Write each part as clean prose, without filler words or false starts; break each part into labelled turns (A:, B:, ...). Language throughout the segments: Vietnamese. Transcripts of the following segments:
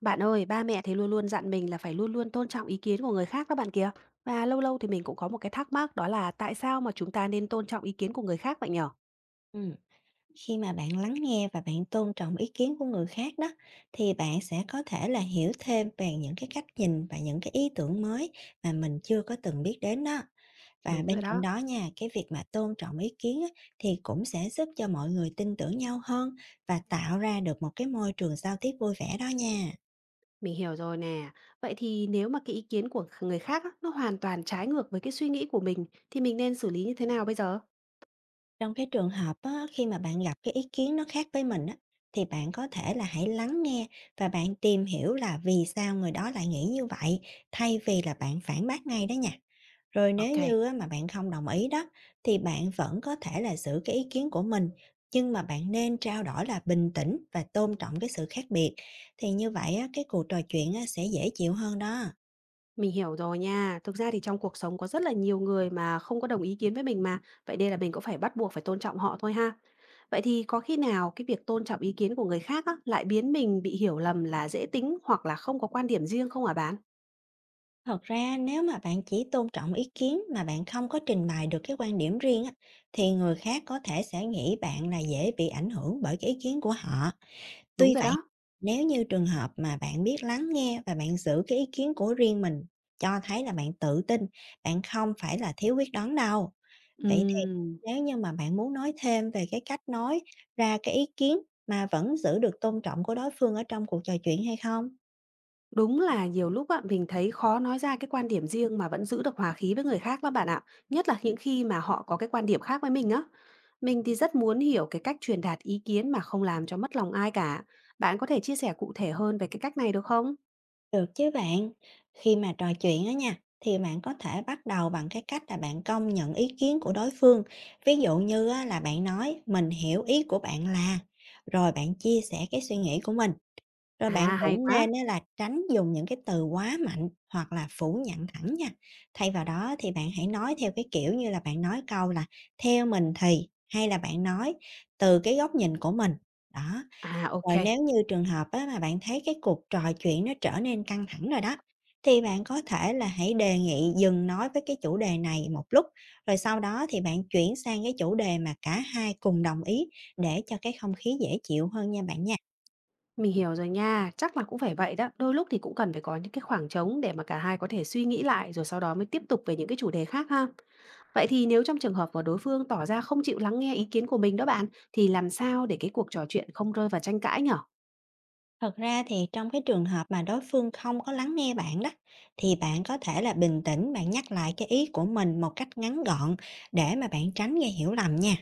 A: Bạn ơi, ba mẹ thì luôn luôn dặn mình là phải luôn luôn tôn trọng ý kiến của người khác đó bạn kìa. Và lâu lâu thì mình cũng có một cái thắc mắc đó là tại sao mà chúng ta nên tôn trọng ý kiến của người khác vậy nhở?
B: Ừm, khi mà bạn lắng nghe và bạn tôn trọng ý kiến của người khác đó thì bạn sẽ có thể là hiểu thêm về những cái cách nhìn và những cái ý tưởng mới mà mình chưa có từng biết đến đó. Và
A: Đúng
B: bên
A: rồi
B: cạnh
A: đó,
B: đó nha, cái việc mà tôn trọng ý kiến á, thì cũng sẽ giúp cho mọi người tin tưởng nhau hơn và tạo ra được một cái môi trường giao tiếp vui vẻ đó nha.
A: mình hiểu rồi nè. Vậy thì nếu mà cái ý kiến của người khác á, nó hoàn toàn trái ngược với cái suy nghĩ của mình thì mình nên xử lý như thế nào bây giờ?
B: Trong cái trường hợp á, khi mà bạn gặp cái ý kiến nó khác với mình á, thì bạn có thể là hãy lắng nghe và bạn tìm hiểu là vì sao người đó lại nghĩ như vậy, thay vì là bạn phản bác ngay đó nha. Rồi nếu
A: Ok.
B: như á, mà bạn không đồng ý đó, thì bạn vẫn có thể là giữ cái ý kiến của mình, nhưng mà bạn nên trao đổi là bình tĩnh và tôn trọng cái sự khác biệt. Thì như vậy á, cái cuộc trò chuyện á, sẽ dễ chịu hơn đó.
A: Mình hiểu rồi nha. Thực ra thì trong cuộc sống có rất là nhiều người mà không có đồng ý kiến với mình mà, vậy nên là mình cũng phải bắt buộc phải tôn trọng họ thôi ha. Vậy thì có khi nào cái việc tôn trọng ý kiến của người khác á, lại biến mình bị hiểu lầm là dễ tính hoặc là không có quan điểm riêng không hả bạn?
B: Thật ra nếu mà bạn chỉ tôn trọng ý kiến mà bạn không có trình bày được cái quan điểm riêng á, thì người khác có thể sẽ nghĩ bạn là dễ bị ảnh hưởng bởi cái ý kiến của họ.
A: Đúng
B: Tuy
A: rồi
B: vậy,
A: đó.
B: nếu như trường hợp mà bạn biết lắng nghe và bạn giữ cái ý kiến của riêng mình, cho thấy là bạn tự tin, bạn không phải là thiếu quyết đoán đâu. Vậy thì
A: Ừm.
B: nếu như mà bạn muốn nói thêm về cái cách nói ra cái ý kiến mà vẫn giữ được tôn trọng của đối phương ở trong cuộc trò chuyện hay không?
A: Đúng là nhiều lúc á, mình thấy khó nói ra cái quan điểm riêng mà vẫn giữ được hòa khí với người khác lắm bạn ạ, nhất là những khi mà họ có cái quan điểm khác với mình á. Mình thì rất muốn hiểu cái cách truyền đạt ý kiến mà không làm cho mất lòng ai cả. Bạn có thể chia sẻ cụ thể hơn về cái cách này được không?
B: Được chứ bạn. Khi mà trò chuyện á nha, thì bạn có thể bắt đầu bằng cái cách là bạn công nhận ý kiến của đối phương. Ví dụ như á, là bạn nói mình hiểu ý của bạn là, rồi bạn chia sẻ cái suy nghĩ của mình. Rồi bạn
A: À, hay
B: cũng
A: quá.
B: nên á, là tránh dùng những cái từ quá mạnh hoặc là phủ nhận thẳng nha. Thay vào đó thì bạn hãy nói theo cái kiểu như là bạn nói câu là theo mình thì hay là bạn nói từ cái góc nhìn của mình. Đó,
A: À,
B: rồi
A: ok.
B: nếu như trường hợp á, mà bạn thấy cái cuộc trò chuyện nó trở nên căng thẳng rồi đó, thì bạn có thể là hãy đề nghị dừng nói với cái chủ đề này một lúc, rồi sau đó thì bạn chuyển sang cái chủ đề mà cả hai cùng đồng ý để cho cái không khí dễ chịu hơn nha bạn nha.
A: Mình hiểu rồi nha, chắc là cũng phải vậy đó. Đôi lúc thì cũng cần phải có những cái khoảng trống để mà cả hai có thể suy nghĩ lại rồi sau đó mới tiếp tục về những cái chủ đề khác ha. Vậy thì nếu trong trường hợp mà đối phương tỏ ra không chịu lắng nghe ý kiến của mình đó bạn, thì làm sao để cái cuộc trò chuyện không rơi vào tranh cãi nhở?
B: Thật ra thì trong cái trường hợp mà đối phương không có lắng nghe bạn đó, thì bạn có thể là bình tĩnh, bạn nhắc lại cái ý của mình một cách ngắn gọn để mà bạn tránh gây hiểu lầm nha.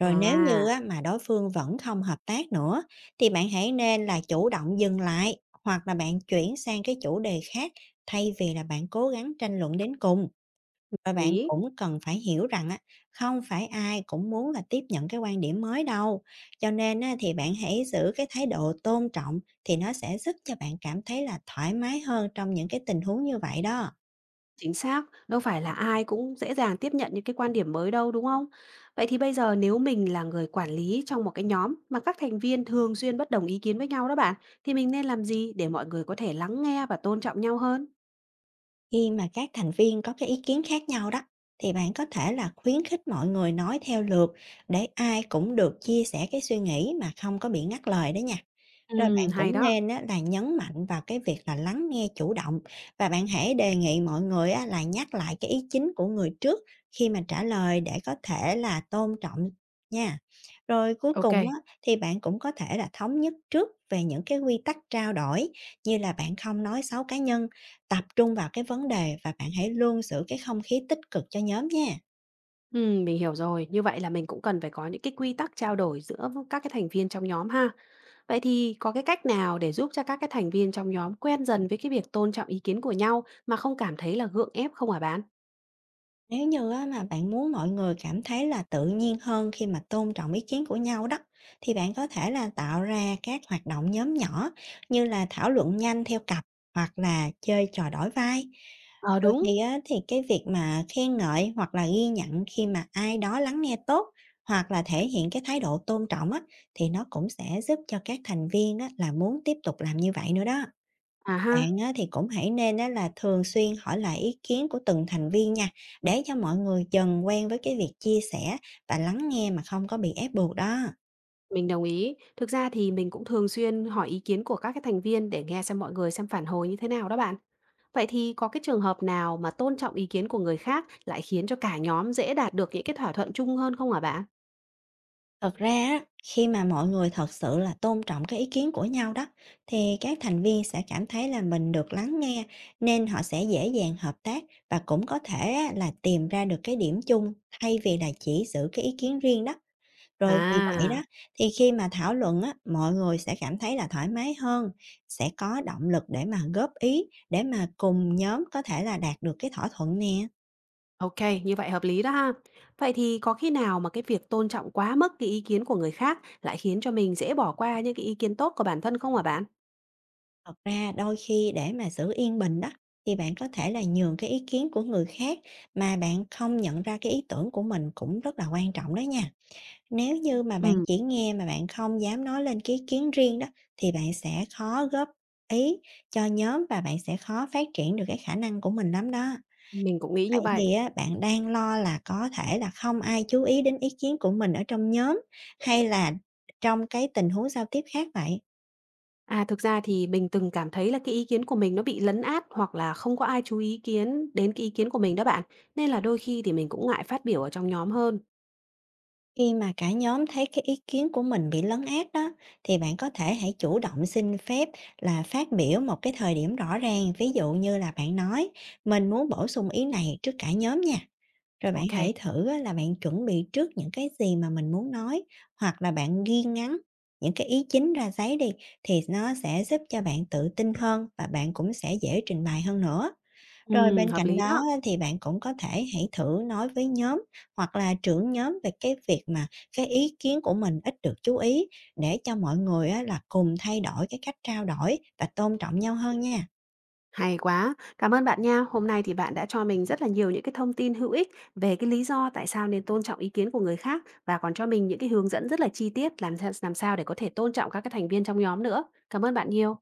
B: Rồi nếu như
A: À,
B: á, mà đối phương vẫn không hợp tác nữa thì bạn hãy nên là chủ động dừng lại hoặc là bạn chuyển sang cái chủ đề khác thay vì là bạn cố gắng tranh luận đến cùng. Và
A: đồng
B: bạn
A: ý.
B: cũng cần phải hiểu rằng á, không phải ai cũng muốn là tiếp nhận cái quan điểm mới đâu. Cho nên á, thì bạn hãy giữ cái thái độ tôn trọng thì nó sẽ giúp cho bạn cảm thấy là thoải mái hơn trong những cái tình huống như vậy đó.
A: Chính xác, đâu phải là ai cũng dễ dàng tiếp nhận những cái quan điểm mới đâu đúng không? Vậy thì bây giờ nếu mình là người quản lý trong một cái nhóm mà các thành viên thường xuyên bất đồng ý kiến với nhau đó bạn, thì mình nên làm gì để mọi người có thể lắng nghe và tôn trọng nhau hơn?
B: Khi mà các thành viên có cái ý kiến khác nhau đó, thì bạn có thể là khuyến khích mọi người nói theo lượt để ai cũng được chia sẻ cái suy nghĩ mà không có bị ngắt lời đó nha. Rồi bạn
A: Hay
B: cũng
A: đó.
B: nên á, là nhấn mạnh vào cái việc là lắng nghe chủ động và bạn hãy đề nghị mọi người á, là nhắc lại cái ý chính của người trước khi mà trả lời để có thể là tôn trọng nha. Rồi cuối
A: Ok.
B: cùng á, thì bạn cũng có thể là thống nhất trước về những cái quy tắc trao đổi như là bạn không nói xấu cá nhân, tập trung vào cái vấn đề và bạn hãy luôn giữ cái không khí tích cực cho nhóm nha.
A: Mình hiểu rồi. Như vậy là mình cũng cần phải có những cái quy tắc trao đổi giữa với các cái thành viên trong nhóm ha. Vậy thì có cái cách nào để giúp cho các cái thành viên trong nhóm quen dần với cái việc tôn trọng ý kiến của nhau mà không cảm thấy là gượng ép không hả bạn?
B: Nếu như á, mà bạn muốn mọi người cảm thấy là tự nhiên hơn khi mà tôn trọng ý kiến của nhau đó, thì bạn có thể là tạo ra các hoạt động nhóm nhỏ như là thảo luận nhanh theo cặp hoặc là chơi trò đổi vai.
A: Ờ,
B: Đôi
A: đúng.
B: khi á, thì cái việc mà khen ngợi hoặc là ghi nhận khi mà ai đó lắng nghe tốt hoặc là thể hiện cái thái độ tôn trọng á, thì nó cũng sẽ giúp cho các thành viên á, là muốn tiếp tục làm như vậy nữa đó.
A: À ha,
B: Bạn á, thì cũng hãy nên á, là thường xuyên hỏi lại ý kiến của từng thành viên nha, để cho mọi người dần quen với cái việc chia sẻ và lắng nghe mà không có bị ép buộc đó.
A: mình đồng ý. Thực ra thì mình cũng thường xuyên hỏi ý kiến của các cái thành viên để nghe xem mọi người xem phản hồi như thế nào đó bạn. Vậy thì có cái trường hợp nào mà tôn trọng ý kiến của người khác lại khiến cho cả nhóm dễ đạt được những cái thỏa thuận chung hơn không hả bạn?
B: Thật ra á, khi mà mọi người thật sự là tôn trọng cái ý kiến của nhau đó, thì các thành viên sẽ cảm thấy là mình được lắng nghe, nên họ sẽ dễ dàng hợp tác và cũng có thể á, là tìm ra được cái điểm chung thay vì là chỉ giữ cái ý kiến riêng đó. Rồi vì vậy
A: À.
B: đó, thì khi mà thảo luận á, mọi người sẽ cảm thấy là thoải mái hơn, sẽ có động lực để mà góp ý, để mà cùng nhóm có thể là đạt được cái thỏa thuận nè.
A: OK, như vậy hợp lý đó ha. Vậy thì có khi nào mà cái việc tôn trọng quá mức cái ý kiến của người khác lại khiến cho mình dễ bỏ qua những cái ý kiến tốt của bản thân không hả bạn?
B: Thật ra đôi khi để mà giữ yên bình đó, thì bạn có thể là nhường cái ý kiến của người khác mà bạn không nhận ra cái ý tưởng của mình cũng rất là quan trọng đó nha. Nếu như mà bạn
A: Ừ,
B: chỉ nghe mà bạn không dám nói lên cái ý kiến riêng đó, thì bạn sẽ khó góp ý cho nhóm và bạn sẽ khó phát triển được cái khả năng của mình lắm đó.
A: mình cũng nghĩ như
B: Vậy
A: vậy.
B: thì á, bạn đang lo là có thể là không ai chú ý đến ý kiến của mình ở trong nhóm, hay là trong cái tình huống giao tiếp khác vậy?
A: À, thực ra thì mình từng cảm thấy là cái ý kiến của mình nó bị lấn át hoặc là không có ai chú ý kiến đến cái ý kiến của mình đó bạn. Nên là đôi khi thì mình cũng ngại phát biểu ở trong nhóm hơn.
B: Khi mà cả nhóm thấy cái ý kiến của mình bị lấn át đó, thì bạn có thể hãy chủ động xin phép là phát biểu một cái thời điểm rõ ràng, ví dụ như là bạn nói: "Mình muốn bổ sung ý này trước cả nhóm nha." Rồi bạn hãy
A: OK,
B: thử á, là bạn chuẩn bị trước những cái gì mà mình muốn nói hoặc là bạn ghi ngắn những cái ý chính ra giấy đi thì nó sẽ giúp cho bạn tự tin hơn và bạn cũng sẽ dễ trình bày hơn nữa. Rồi bên
A: hợp
B: cạnh
A: lý
B: đó
A: đó.
B: á, thì bạn cũng có thể hãy thử nói với nhóm hoặc là trưởng nhóm về cái việc mà cái ý kiến của mình ít được chú ý để cho mọi người á, là cùng thay đổi cái cách trao đổi và tôn trọng nhau hơn nha.
A: Hay quá! Cảm ơn bạn nha. Hôm nay thì bạn đã cho mình rất là nhiều những cái thông tin hữu ích về cái lý do tại sao nên tôn trọng ý kiến của người khác và còn cho mình những cái hướng dẫn rất là chi tiết làm sao để có thể tôn trọng các cái thành viên trong nhóm nữa. Cảm ơn bạn nhiều.